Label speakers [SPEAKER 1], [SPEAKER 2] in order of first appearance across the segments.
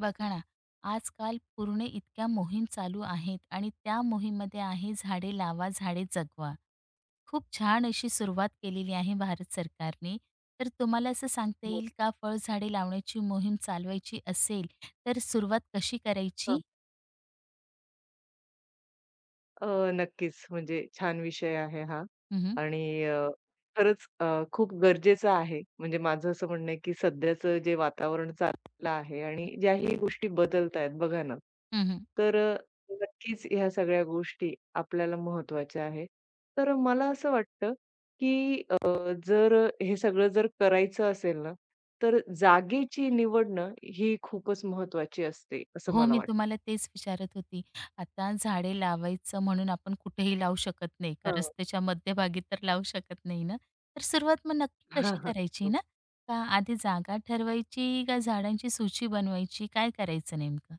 [SPEAKER 1] बघा ना, आजकाल पूर्ण इतक्या मोहीम चालू आहेत आणि त्या मोहीममध्ये आहे झाडे लावा, झाडे जगवा. खूप छान अशी सुरुवात केलेली आहे भारत सरकारने. तर तुम्हाला असं सांगता
[SPEAKER 2] हो
[SPEAKER 1] येईल का फळझाडे लावण्याची मोहीम चालवायची असेल, तर सुरुवात कशी
[SPEAKER 2] का?
[SPEAKER 1] करायची?
[SPEAKER 2] अ, नक्कीच म्हणजे छान विषय आहे हा
[SPEAKER 1] हं, हं.
[SPEAKER 2] आणि खरंच खूप गरजेचं आहे. म्हणजे माझं असं म्हणणं आहे, की सध्याचं जे वातावरण चाललं आहे आणि ज्याही गोष्टी बदलतायत बघा ना, तर नक्कीच ह्या सगळ्या गोष्टी आपल्याला महत्त्वाच्या आहे. तर मला असं वाटतं, की जर हे सगळं जर करायचं असेल ना, तर जागेची निवडणं ही खूपच महत्त्वाची असते, असं
[SPEAKER 1] हो,
[SPEAKER 2] मला
[SPEAKER 1] मी
[SPEAKER 2] वाटतं.
[SPEAKER 1] तुम्हाला तेच विचारत होती. आता झाडे लावायचं म्हणून आपण कुठेही लावू शकत नाही का
[SPEAKER 2] हां.
[SPEAKER 1] रस्त्याच्या मध्यभागी तर लावू शकत नाही ना. तर सुरुवात मग नक्की
[SPEAKER 2] हां,
[SPEAKER 1] कशी
[SPEAKER 2] हां.
[SPEAKER 1] करायची ना? का आधी जागा ठरवायची का झाडांची सूची बनवायची? काय करायचं नेमकं?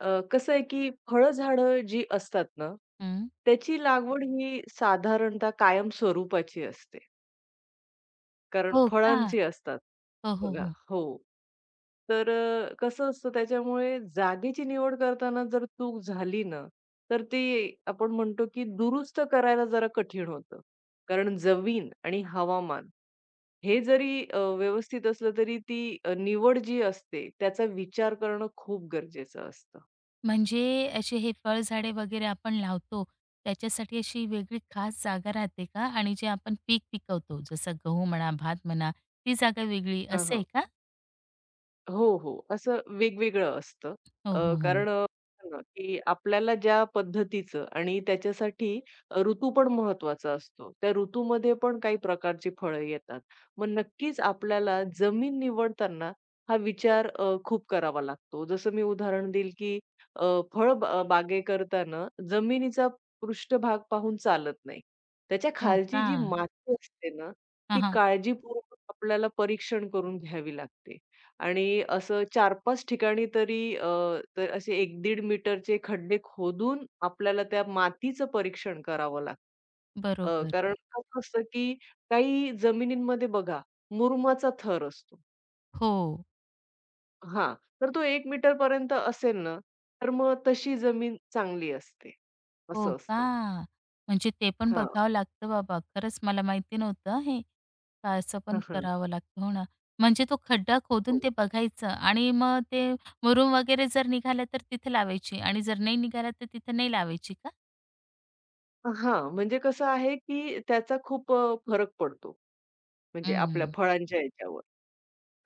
[SPEAKER 2] कसं आहे, की फळझाडं जी असतात ना,
[SPEAKER 1] हं.
[SPEAKER 2] त्याची लागवड ही साधारणतः कायम स्वरूपाची असते. कारण
[SPEAKER 1] हो का?
[SPEAKER 2] फळांची असतात
[SPEAKER 1] हो, हो,
[SPEAKER 2] बघा
[SPEAKER 1] हो.
[SPEAKER 2] हो. तर कसं असतं त्याच्यामुळे जागेची निवड करताना जर चूक झाली ना, तर ती आपण म्हणतो, की दुरुस्त करायला जरा कठीण होतं. कारण जमीन आणि हवामान हे जरी व्यवस्थित असलं तरी ती निवड जी असते त्याचा विचार करणं खूप गरजेचं असतं.
[SPEAKER 1] म्हणजे असे हे फळझाडे वगैरे आपण लावतो त्याच्यासाठी अशी वेगळी खास जागा राहते का? आणि जे आपण पीक पिकवतो जसं गहू म्हणा, भात म्हणा, ती जागा वेगळी असं
[SPEAKER 2] हां,
[SPEAKER 1] आहे का?
[SPEAKER 2] हो, हो. असं वेगवेगळं असतं.
[SPEAKER 1] हो, हो, हो.
[SPEAKER 2] कारण ना, की आपल्याला ज्या पद्धतीचं आणि त्याच्यासाठी ऋतू पण महत्त्वाचा असतो. त्या ऋतूमध्ये पण काही प्रकारची फळं येतात. मग नक्कीच आपल्याला जमीन निवडताना हा विचार खूप करावा लागतो. जसं मी उदाहरण देईल, की अ, फळ बागे करताना जमिनीचा पृष्ठभाग पाहून चालत नाही. त्याच्या
[SPEAKER 1] हो
[SPEAKER 2] खालची
[SPEAKER 1] का?
[SPEAKER 2] जी माती असते ना, ती
[SPEAKER 1] हां, हां.
[SPEAKER 2] काळजीपूर्वक आपल्याला परीक्षण करून घ्यावी लागते. आणि असं 4-5 ठिकाणी तरी तर असे 1-1.5 मीटरचे खड्डे खोदून आपल्याला त्या मातीचं परीक्षण करावं लागतं.
[SPEAKER 1] बरोबर.
[SPEAKER 2] कारण कसं असतं, की काही जमिनींमध्ये बघा मुरुमाचा थर असतो.
[SPEAKER 1] हो.
[SPEAKER 2] हां, तर तो एक मीटरपर्यंत असेल ना, तर मग तशी जमीन चांगली असते.
[SPEAKER 1] हो
[SPEAKER 2] असं असतं.
[SPEAKER 1] का? म्हणजे ते पण
[SPEAKER 2] हां.
[SPEAKER 1] बघावं लागतं बाबा. खरंच मला माहिती नव्हतं हे. का असं
[SPEAKER 2] हां,
[SPEAKER 1] पण
[SPEAKER 2] हां.
[SPEAKER 1] करावं लागतं. हो ना. म्हणजे तो खड्डा खोदून
[SPEAKER 2] हो.
[SPEAKER 1] ते बघायचं आणि मग ते मुरूम वगैरे जर निघाला तर तिथे लावायची आणि जर नाही निघाला तर तिथे नाही लावायची का?
[SPEAKER 2] हां, म्हणजे कसं आहे, की त्याचा खूप फरक पडतो. म्हणजे आपल्या
[SPEAKER 1] हं.
[SPEAKER 2] फळांच्या ह्याच्यावर.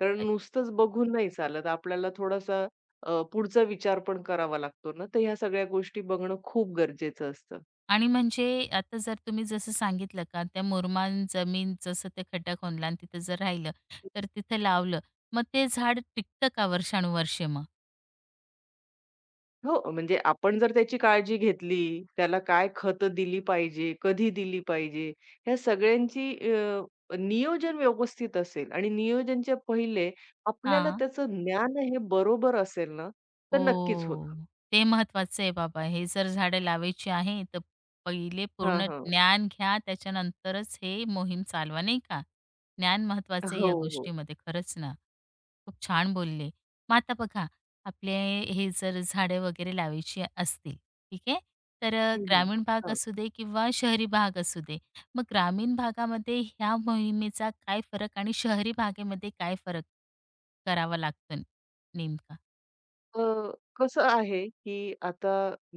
[SPEAKER 2] कारण
[SPEAKER 1] अ,
[SPEAKER 2] नुसतंच बघून नाही चालत. आपल्याला थोडासा पुढचा विचार पण करावा लागतो ना, तर ह्या सगळ्या गोष्टी बघणं खूप गरजेचं असतं.
[SPEAKER 1] आणि म्हणजे आता जर तुम्ही जसं सांगितलं का त्या मुरमान जमीन जसं ते खड्डा खोदला आणि तिथं जर राहिलं, तर तिथं लावलं. मग ते झाड टिकतं का वर्षानुवर्षे मग?
[SPEAKER 2] हो, म्हणजे आपण जर त्याची काळजी घेतली, त्याला काय खतं दिली पाहिजे, कधी दिली पाहिजे, ह्या सगळ्यांची नियोजन व्यवस्थित असेल आणि नियोजनच्या पहिले आपल्याला
[SPEAKER 1] हां.
[SPEAKER 2] त्याचं ज्ञान हे बरोबर असेल ना, तर नक्कीच होतं.
[SPEAKER 1] ओह! ते महत्वाचं आहे बाबा. हे जर झाडं लावायची आहे, तर पहिले
[SPEAKER 2] हां,
[SPEAKER 1] पूर्ण
[SPEAKER 2] हां.
[SPEAKER 1] ज्ञान घ्या. त्याच्यानंतरच हे मोहीम चालवा, नाही का? ज्ञान महत्वाचं आहे
[SPEAKER 2] हो,
[SPEAKER 1] या
[SPEAKER 2] हो.
[SPEAKER 1] गोष्टीमध्ये. खरंच ना. खूप छान बोलले. मग आता बघा, आपले हे जर झाडं वगैरे लावायची असतील, ठीक आहे? तर
[SPEAKER 2] हं,
[SPEAKER 1] ग्रामीण भाग असू दे किंवा शहरी भाग असू दे. मग ग्रामीण भागामध्ये ह्या मोहिमेचा काय फरक आणि शहरी भागेमध्ये काय फरक करावा लागतो नेमका?
[SPEAKER 2] अ, कसं आहे, की आता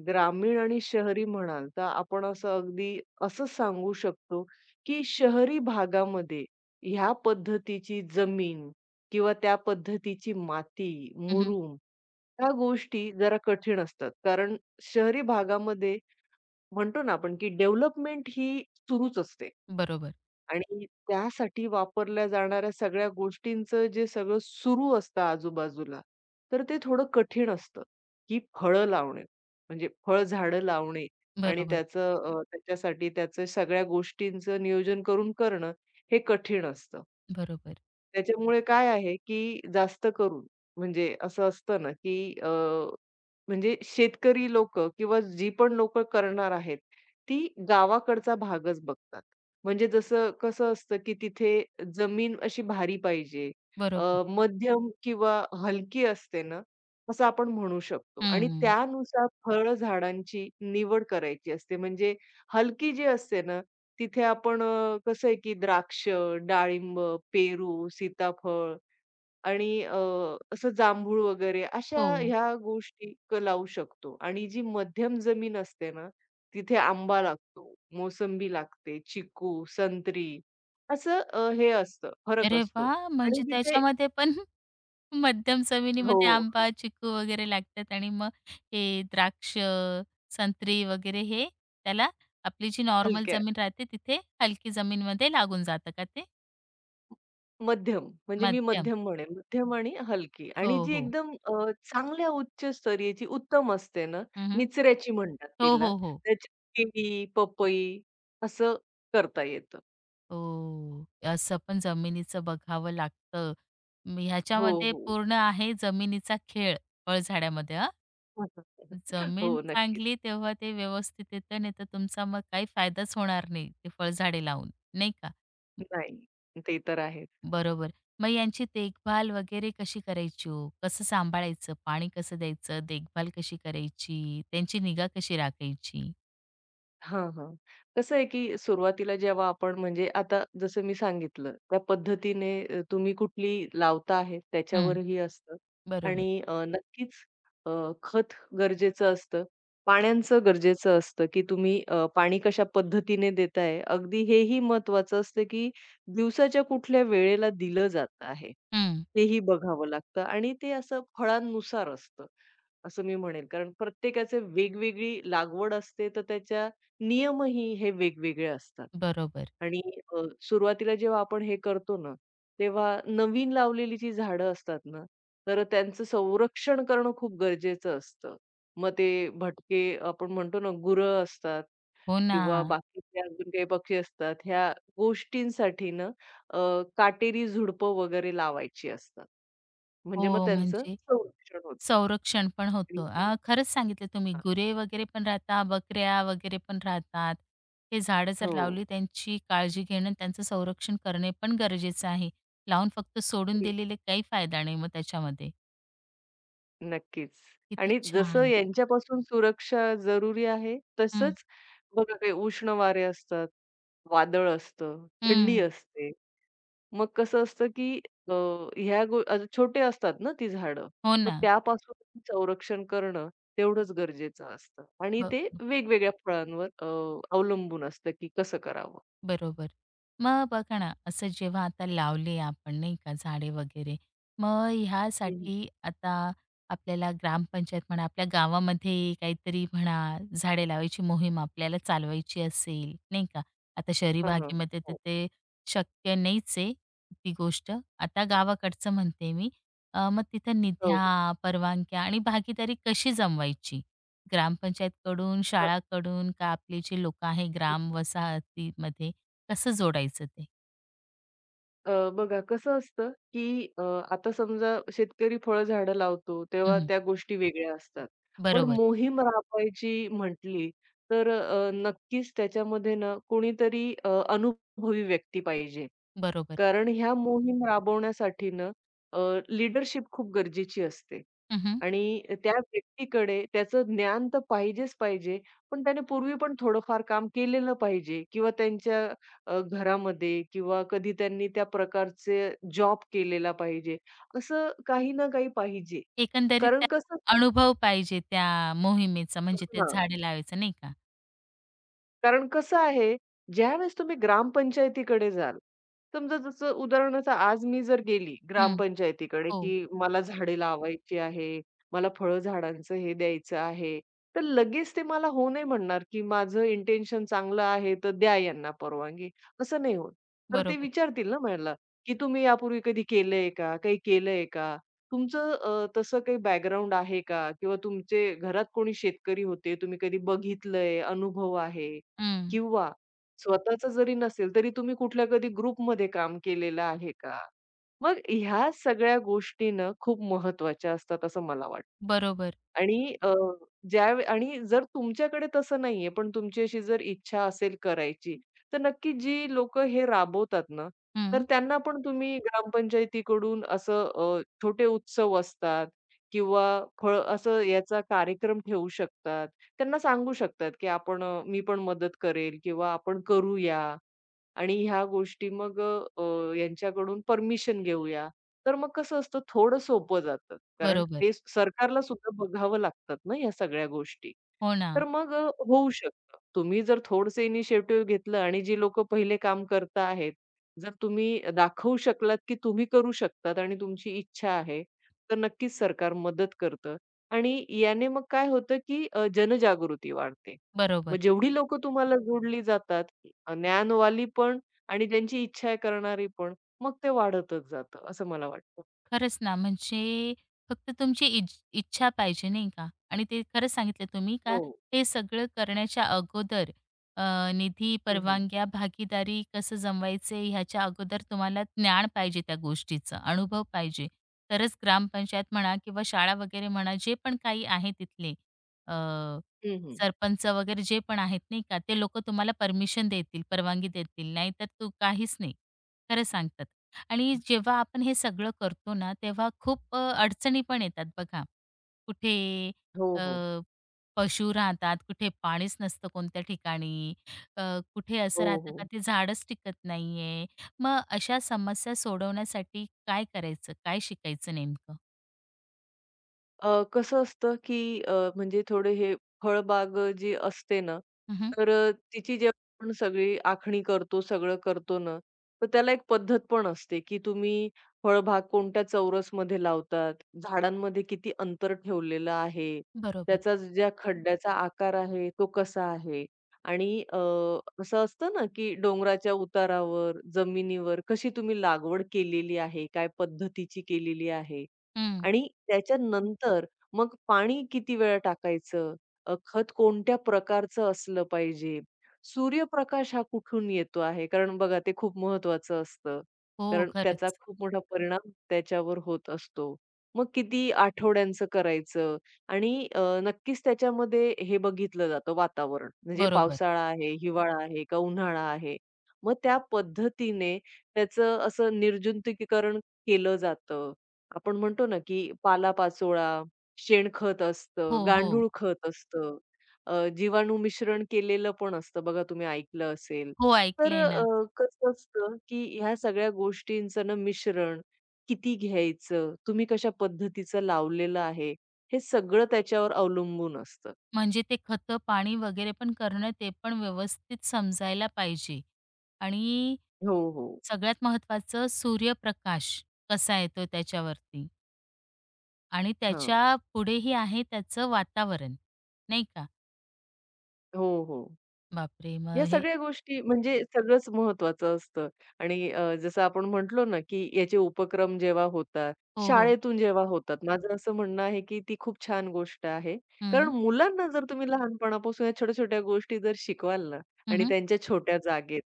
[SPEAKER 2] ग्रामीण आणि शहरी म्हणाल, तर आपण असं अगदी असं सांगू शकतो, की शहरी भागामध्ये ह्या पद्धतीची जमीन किंवा त्या पद्धतीची माती, मुरूम ह्या गोष्टी जरा कठीण असतात. कारण शहरी भागामध्ये म्हणतो ना आपण, की डेव्हलपमेंट ही सुरूच असते.
[SPEAKER 1] बरोबर,
[SPEAKER 2] आणि त्यासाठी वापरल्या जाणाऱ्या सगळ्या गोष्टींचं जे सगळं सुरू असतं आजूबाजूला, तर ते थोडं कठीण असतं, की फळं लावणे, म्हणजे फळझाडं लावणे आणि
[SPEAKER 1] बरोबर,
[SPEAKER 2] त्याचं त्याच्यासाठी त्याचं सगळ्या गोष्टींचं नियोजन करून करणं हे कठीण असतं.
[SPEAKER 1] बरोबर,
[SPEAKER 2] त्याच्यामुळे काय आहे, की जास्त करून म्हणजे असं असतं ना, की म्हणजे शेतकरी लोक, किंवा जी पण लोक करणार आहेत, ती गावाकडचा भागच बघतात. म्हणजे जसं कसं असतं, की तिथे जमीन अशी भारी पाहिजे, अ,
[SPEAKER 1] बरोबर.
[SPEAKER 2] मध्यम किंवा हलकी असते ना, असं आपण म्हणू शकतो आणि
[SPEAKER 1] हं.
[SPEAKER 2] त्यानुसार फळ झाडांची निवड करायची असते. म्हणजे हलकी जी असते ना, तिथे आपण कसं आहे, की द्राक्ष, डाळिंब, पेरू, सीताफळ आणि असं जांभूळ वगैरे अशा
[SPEAKER 1] हो.
[SPEAKER 2] ह्या गोष्टी लावू शकतो आणि जी मध्यम जमीन असते ना, तिथे आंबा लागतो, मोसंबी लागते, चिकू, संत्री असं हे असतं, फरक
[SPEAKER 1] अरे
[SPEAKER 2] असतो
[SPEAKER 1] वाह!
[SPEAKER 2] आणि
[SPEAKER 1] म्हणजे
[SPEAKER 2] तिथे
[SPEAKER 1] त्याच्यामध्ये पण मध्यम
[SPEAKER 2] हो,
[SPEAKER 1] जमिनीमध्ये
[SPEAKER 2] हो.
[SPEAKER 1] आंबा, चिकू वगैरे लागतात आणि मग हे द्राक्ष, संत्री वगैरे हे त्याला आपली जी नॉर्मल
[SPEAKER 2] हलक्या,
[SPEAKER 1] जमीन राहते तिथे हलकी जमीनमध्ये लागून जातं का ते?
[SPEAKER 2] मध्यम म्हणजे मी
[SPEAKER 1] मध्यम.
[SPEAKER 2] मध्यम म्हणेन, मध्यम आणि हलकी आणि
[SPEAKER 1] हो,
[SPEAKER 2] जी
[SPEAKER 1] हो.
[SPEAKER 2] एकदम चांगल्या उच्च स्तरीयची उत्तम असते ना,
[SPEAKER 1] हं,
[SPEAKER 2] निचऱ्याची म्हणतात
[SPEAKER 1] हो,
[SPEAKER 2] तिला,
[SPEAKER 1] हो, हो.
[SPEAKER 2] त्याच्यात केळी, पपई असं करता येतं.
[SPEAKER 1] हो. असं पण जमिनीचं बघावं लागतं. म
[SPEAKER 2] हो,
[SPEAKER 1] ह्याच्यामध्ये
[SPEAKER 2] हो.
[SPEAKER 1] पूर्ण आहे जमिनीचा खेळ फळझाडामध्ये जमीन
[SPEAKER 2] हो, नक्कीच.
[SPEAKER 1] चांगली तेव्हा ते व्यवस्थित येतं, नाहीतर तुमचा मग काही फायदाच होणार नाही ते फळझाडे लावून, नाही का?
[SPEAKER 2] नाही, ते तर आहेच.
[SPEAKER 1] बरोबर. मग यांची देखभाल वगैरे कशी करायची हो? कसं सांभाळायचं? पाणी कसं द्यायचं? देखभाल कशी करायची? त्यांची निगा कशी राखायची?
[SPEAKER 2] हां, हां. कसं आहे, की सुरुवातीला जेव्हा आपण म्हणजे आता जसं मी सांगितलं, त्या पद्धतीने तुम्ही कुठली लावता आहे
[SPEAKER 1] हं,
[SPEAKER 2] त्याच्यावरही असतं
[SPEAKER 1] बरोबर.
[SPEAKER 2] आणि नक्कीच अ, खत गरजेचं असतं. पाण्याचं गरजेचं असतं, की तुम्ही पाणी कशा पद्धतीने देताय. अगदी हेही महत्त्वाचं असतं, की दिवसाच्या कुठल्या वेळेला दिलं जात आहे,
[SPEAKER 1] हं,
[SPEAKER 2] तेही बघावं लागतं आणि ते असं फळांनुसार असतं. असं मी म्हणेल. कारण प्रत्येकाचे वेगवेगळी लागवड असते, तर त्याच्या नियमही हे वेगवेगळे असतात.
[SPEAKER 1] बरोबर.
[SPEAKER 2] आणि अ, सुरुवातीला जेव्हा आपण हे करतो ना, तेव्हा नवीन लावलेली जी झाडं असतात ना, तर त्यांचं संरक्षण करणं खूप गरजेचं असतं. मग ते भटके आपण म्हणतो ना, गुरं असतात
[SPEAKER 1] हो ना.
[SPEAKER 2] किंवा बाकीचे अजून काही पक्षी असतात, ह्या गोष्टींसाठी ना अ, काटेरी झुडपं वगैरे लावायची असतात. म्हणजे मग
[SPEAKER 1] हो,
[SPEAKER 2] त्यांचं
[SPEAKER 1] म्हणजे
[SPEAKER 2] संरक्षण होतं.
[SPEAKER 1] संरक्षण पण
[SPEAKER 2] आणि
[SPEAKER 1] होतं. खरंच सांगितलं तुम्ही.
[SPEAKER 2] हां,
[SPEAKER 1] गुरे वगैरे पण राहतात, बकऱ्या वगैरे पण राहतात. हे झाडं जर
[SPEAKER 2] हो.
[SPEAKER 1] लावली त्यांची काळजी घेणं, त्यांचं संरक्षण करणे पण गरजेचं आहे. लावून फक्त सोडून
[SPEAKER 2] हं.
[SPEAKER 1] दिलेले काही फायदा नाही मग त्याच्यामध्ये.
[SPEAKER 2] नक्कीच.
[SPEAKER 1] किती
[SPEAKER 2] आणि जसं
[SPEAKER 1] छान.
[SPEAKER 2] यांच्यापासून सुरक्षा जरुरी आहे,
[SPEAKER 1] हं,
[SPEAKER 2] तसंच बघा काही उष्ण वारे असतात, वादळ असतं, थंडी
[SPEAKER 1] हं.
[SPEAKER 2] असते. मग कसं असतं, की अ, छोटे असतात ना ती झाडं.
[SPEAKER 1] हो
[SPEAKER 2] मग
[SPEAKER 1] ना.
[SPEAKER 2] त्यापासून संरक्षण करणं तेवढंच गरजेचं असतं आणि
[SPEAKER 1] ब
[SPEAKER 2] ते वेगवेगळ्या फळांवर अवलंबून असतं, की कसं करावं.
[SPEAKER 1] बरोबर. मग बघा ना, असं जेव्हा आता लावले आपण नाही का झाडे वगैरे, मग
[SPEAKER 2] हं.
[SPEAKER 1] ह्यासाठी आता आपल्याला ग्रामपंचायत म्हणा, आपल्या गावामध्ये काहीतरी म्हणा, झाडे लावायची मोहीम आपल्याला चालवायची असेल, नाही का. आता शहरी
[SPEAKER 2] हां, हां.
[SPEAKER 1] भागेमध्ये तर
[SPEAKER 2] हो.
[SPEAKER 1] ते शक्य नाहीच आहे ती गोष्ट. आता गावाकडचं म्हणते मी. मग तिथं
[SPEAKER 2] हो, हो.
[SPEAKER 1] निध्या, परवानग्या आणि भागीदारी कशी जमवायची? ग्रामपंचायतकडून,
[SPEAKER 2] अ,
[SPEAKER 1] शाळाकडून का आपली जी लोकं आहे ग्राम वसाहतीमध्ये कसं जोडायचं ते?
[SPEAKER 2] अ, बघा कसं असतं, की आता समजा शेतकरी फळझाडं लावतो, तेव्हा
[SPEAKER 1] हं,
[SPEAKER 2] त्या गोष्टी वेगळ्या असतात. पण
[SPEAKER 1] बरोबर,
[SPEAKER 2] मोहीम राबवायची म्हटली, तर नक्कीच त्याच्यामध्ये ना कोणीतरी अनुभवी व्यक्ती पाहिजे.
[SPEAKER 1] बरोबर.
[SPEAKER 2] कारण ह्या मोहीम राबवण्यासाठी ना अ, लीडरशिप खूप गरजेची असते
[SPEAKER 1] हं, हं.
[SPEAKER 2] आणि त्या व्यक्तीकडे त्याचं ज्ञान तर पाहिजेच पाहिजे, पण त्याने पूर्वी पण थोडंफार काम केलेलं पाहिजे किंवा त्यांच्या घरामध्ये किंवा कधी त्यांनी त्या प्रकारचे जॉब केलेला पाहिजे. असं काही ना काही पाहिजे.
[SPEAKER 1] एकंदरीत
[SPEAKER 2] कारण कसं
[SPEAKER 1] त्याला अनुभव पाहिजे त्या मोहिमेचा, म्हणजे ते झाडे लावायचं नाही का?
[SPEAKER 2] कारण कसं आहे, ज्यावेळेस तुम्ही ग्रामपंचायतीकडे जाल, समजा जसं उदाहरणार्थ आज मी जर गेली
[SPEAKER 1] हं.
[SPEAKER 2] ग्रामपंचायतीकडे,
[SPEAKER 1] हो,
[SPEAKER 2] की मला झाडे लावायची आहे, मला फळं झाडांचं हे द्यायचं आहे, तर लगेच ते मला हो नाही म्हणणार, की माझं इंटेन्शन चांगलं आहे, तर द्या यांना परवानगी, असं नाही होत. तर ते
[SPEAKER 1] बरोबर.
[SPEAKER 2] विचारतील ना मला, की तुम्ही यापूर्वी कधी केलंय का? काही केलंय का? तुमचं तसं काही बॅकग्राऊंड आहे का? किंवा तुमचे घरात कोणी शेतकरी होते, तुम्ही कधी बघितलंय, अनुभव आहे?
[SPEAKER 1] हं.
[SPEAKER 2] किंवा स्वतःचं जरी नसेल, तरी तुम्ही कुठल्या कधी ग्रुपमध्ये काम केलेलं आहे का? मग ह्या सगळ्या गोष्टी ना खूप महत्त्वाच्या असतात असं मला वाटतं.
[SPEAKER 1] बरोबर.
[SPEAKER 2] आणि ज्या आणि जर तुमच्याकडे तसं नाहीये, पण तुमची अशी जर इच्छा असेल करायची, तर नक्की जी लोक हे राबवतात ना, तर
[SPEAKER 1] हं.
[SPEAKER 2] त्यांना पण तुम्ही ग्रामपंचायतीकडून असं छोटे उत्सव असतात किंवा फळ असं याचा कार्यक्रम ठेवू शकतात. त्यांना सांगू शकतात, की आपण मी पण मदत करेल किंवा आपण करूया आणि ह्या गोष्टी मग यांच्याकडून परमिशन घेऊया. तर मग कसं असतं थोडं सोपं जातं. कारण
[SPEAKER 1] बरोबर.
[SPEAKER 2] ते सरकारला सुद्धा बघावं लागतात ना या सगळ्या गोष्टी.
[SPEAKER 1] हो ना.
[SPEAKER 2] तर मग होऊ शकतं. तुम्ही जर थोडंसं इनिशिएटिव्ह घेतलं आणि जी लोकं पहिले काम करता आहेत, जर तुम्ही दाखवू शकलात, की तुम्ही करू शकतात आणि तुमची इच्छा आहे, तर नक्कीच सरकार मदत करतं आणि याने मग काय होतं, की जनजागृती वाढते. मग
[SPEAKER 1] बरोबर.
[SPEAKER 2] जेवढी लोकं तुम्हाला जोडली जातात, ज्ञानवाली पण आणि ज्यांची इच्छा आहे करणारी पण, मग ते वाढतच जातं असं मला वाटतं.
[SPEAKER 1] खरंच ना, म्हणजे फक्त तुमची इच्छा पाहिजे नाही का? आणि ते खरंच सांगितलं तुम्ही का
[SPEAKER 2] हो.
[SPEAKER 1] हे सगळं करण्याच्या अगोदर अ, निधी,
[SPEAKER 2] हं, हं.
[SPEAKER 1] परवानग्या, भागीदारी कसं जमवायचे ह्याच्या अगोदर तुम्हाला ज्ञान पाहिजे त्या गोष्टीचं, अनुभव पाहिजे. तरच ग्रामपंचायत म्हणा किंवा शाळा वगैरे म्हणा, जे पण काही आहे तिथले अ,
[SPEAKER 2] हं, हं.
[SPEAKER 1] सरपंच वगैरे जे पण आहेत नाही का, ते लोकं तुम्हाला परमिशन देतील, परवानगी देतील. नाहीतर तू काहीच नाही. खरं सांगतात. आणि जेव्हा आपण हे सगळं करतो ना, तेव्हा खूप अडचणी पण येतात बघा. कुठे
[SPEAKER 2] हो,
[SPEAKER 1] अ,
[SPEAKER 2] हो.
[SPEAKER 1] पशु राहतात, कुठे पाणीच नसतं कोणत्या ठिकाणी, अ, कुठे असं
[SPEAKER 2] हो,
[SPEAKER 1] राहतं का
[SPEAKER 2] हो.
[SPEAKER 1] ते झाडच टिकत नाहीये. मग अशा समस्या सोडवण्यासाठी काय करायचं? काय शिकायचं नेमकं?
[SPEAKER 2] कसं असतं, की म्हणजे थोडे हे फळबाग जी असते ना,
[SPEAKER 1] हं,
[SPEAKER 2] तर तिची जेव्हा आपण सगळी आखणी करतो, सगळं करतो ना, तर त्याला एक पद्धत पण असते, की तुम्ही फळबाग कोणत्या चौरसमध्ये लावतात, झाडांमध्ये किती अंतर ठेवलेलं आहे,
[SPEAKER 1] बरोबर.
[SPEAKER 2] त्याचा ज्या खड्ड्याचा आकार आहे तो कसा आहे आणि अ, असं असतं ना, की डोंगराच्या उतारावर, जमिनीवर कशी तुम्ही लागवड केलेली आहे, काय पद्धतीची केलेली आहे.
[SPEAKER 1] हं.
[SPEAKER 2] आणि त्याच्यानंतर मग पाणी किती वेळा टाकायचं? खत कोणत्या प्रकारचं असलं पाहिजे? सूर्यप्रकाश हा कुठून येतो आहे? कारण बघा ते खूप महत्त्वाचं असतं.
[SPEAKER 1] हो,
[SPEAKER 2] कारण त्याचा
[SPEAKER 1] खरंच.
[SPEAKER 2] खूप मोठा परिणाम त्याच्यावर होत असतो. मग किती आठवड्यांचं करायचं? आणि नक्कीच त्याच्यामध्ये हे बघितलं जातं वातावरण. म्हणजे
[SPEAKER 1] बरोबर.
[SPEAKER 2] पावसाळा आहे, हिवाळा आहे का उन्हाळा आहे? मग त्या पद्धतीने त्याचं असं निर्जंतुकीकरण केलं जातं. आपण म्हणतो ना, की पालापाचोळा, शेणखत असतं,
[SPEAKER 1] हो, हो.
[SPEAKER 2] गांडूळ खत असतं, जीवाणू मिश्रण केलेलं पण असतं बघा तुम्ही ऐकलं असेल.
[SPEAKER 1] हो,
[SPEAKER 2] तर
[SPEAKER 1] ऐकलंय ना.
[SPEAKER 2] कसं असतं, की ह्या सगळ्या गोष्टींचं ना मिश्रण किती घ्यायचं, तुम्ही कशा पद्धतीचं लावलेलं आहे, हे सगळं त्याच्यावर अवलंबून असतं.
[SPEAKER 1] म्हणजे ते खतं, पाणी वगैरे पण करणं ते पण व्यवस्थित समजायला पाहिजे. आणि
[SPEAKER 2] हो, हो.
[SPEAKER 1] सगळ्यात महत्त्वाचं सूर्यप्रकाश कसा येतो त्याच्यावरती आणि
[SPEAKER 2] हां.
[SPEAKER 1] त्याच्या पुढेही आहे त्याचं वातावरण, नाही का?
[SPEAKER 2] हो, हो.
[SPEAKER 1] बापरे!
[SPEAKER 2] या
[SPEAKER 1] मग हे
[SPEAKER 2] सगळ्या गोष्टी म्हणजे सगळंच महत्वाचं असतं आणि जसं आपण म्हटलो ना, की याचे उपक्रम जेव्हा होतात,
[SPEAKER 1] हो, हो.
[SPEAKER 2] शाळेतून जेव्हा होतात, माझं असं म्हणणं आहे, की ती खूप छान गोष्ट आहे. कारण
[SPEAKER 1] हं.
[SPEAKER 2] मुलांना जर तुम्ही लहानपणापासून या छोट्या-छोट्या गोष्टी जर शिकवाल ना आणि
[SPEAKER 1] हं,
[SPEAKER 2] त्यांच्या छोट्या जागेत,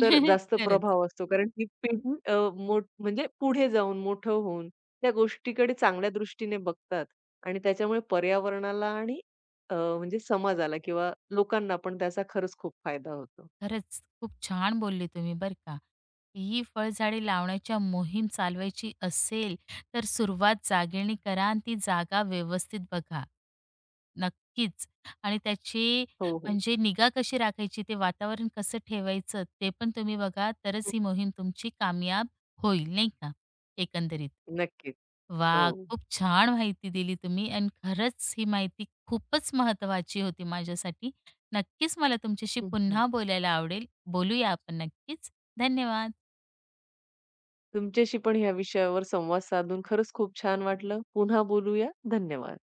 [SPEAKER 2] तर जास्त
[SPEAKER 1] खरंच.
[SPEAKER 2] प्रभाव असतो. कारण ही पिढी अ, मोठ म्हणजे पुढे जाऊन, मोठं होऊन त्या गोष्टीकडे चांगल्या दृष्टीने बघतात आणि त्याच्यामुळे पर्यावरणाला आणि म्हणजे समाजाला किंवा लोकांना पण त्याचा खरंच खूप फायदा होतो.
[SPEAKER 1] खरंच खूप छान बोलले तुम्ही बरं का. ही फळझाडे लावण्याच्या मोहीम चालवायची असेल, तर सुरुवात जागेने करा आणि ती जागा व्यवस्थित बघा. नक्कीच आणि त्याची
[SPEAKER 2] हो, हो.
[SPEAKER 1] म्हणजे निगा कशी राखायची, ते वातावरण कसं ठेवायचं ते पण तुम्ही बघा,
[SPEAKER 2] हं,
[SPEAKER 1] तरच ही
[SPEAKER 2] हं.
[SPEAKER 1] मोहीम तुमची कामयाब होईल, नाही का, एकंदरीत.
[SPEAKER 2] नक्कीच. हो.
[SPEAKER 1] वाह! खूप छान माहिती दिली तुम्ही आणि खरंच ही माहिती खूपच महत्त्वाची होती माझ्यासाठी. नक्कीच मला तुमच्याशी
[SPEAKER 2] हं,
[SPEAKER 1] पुन्हा बोलायला आवडेल. बोलूया आपण नक्कीच. धन्यवाद.
[SPEAKER 2] तुमच्याशी पण ह्या विषयावर संवाद साधून खरंच खूप छान वाटलं. पुन्हा बोलूया. धन्यवाद.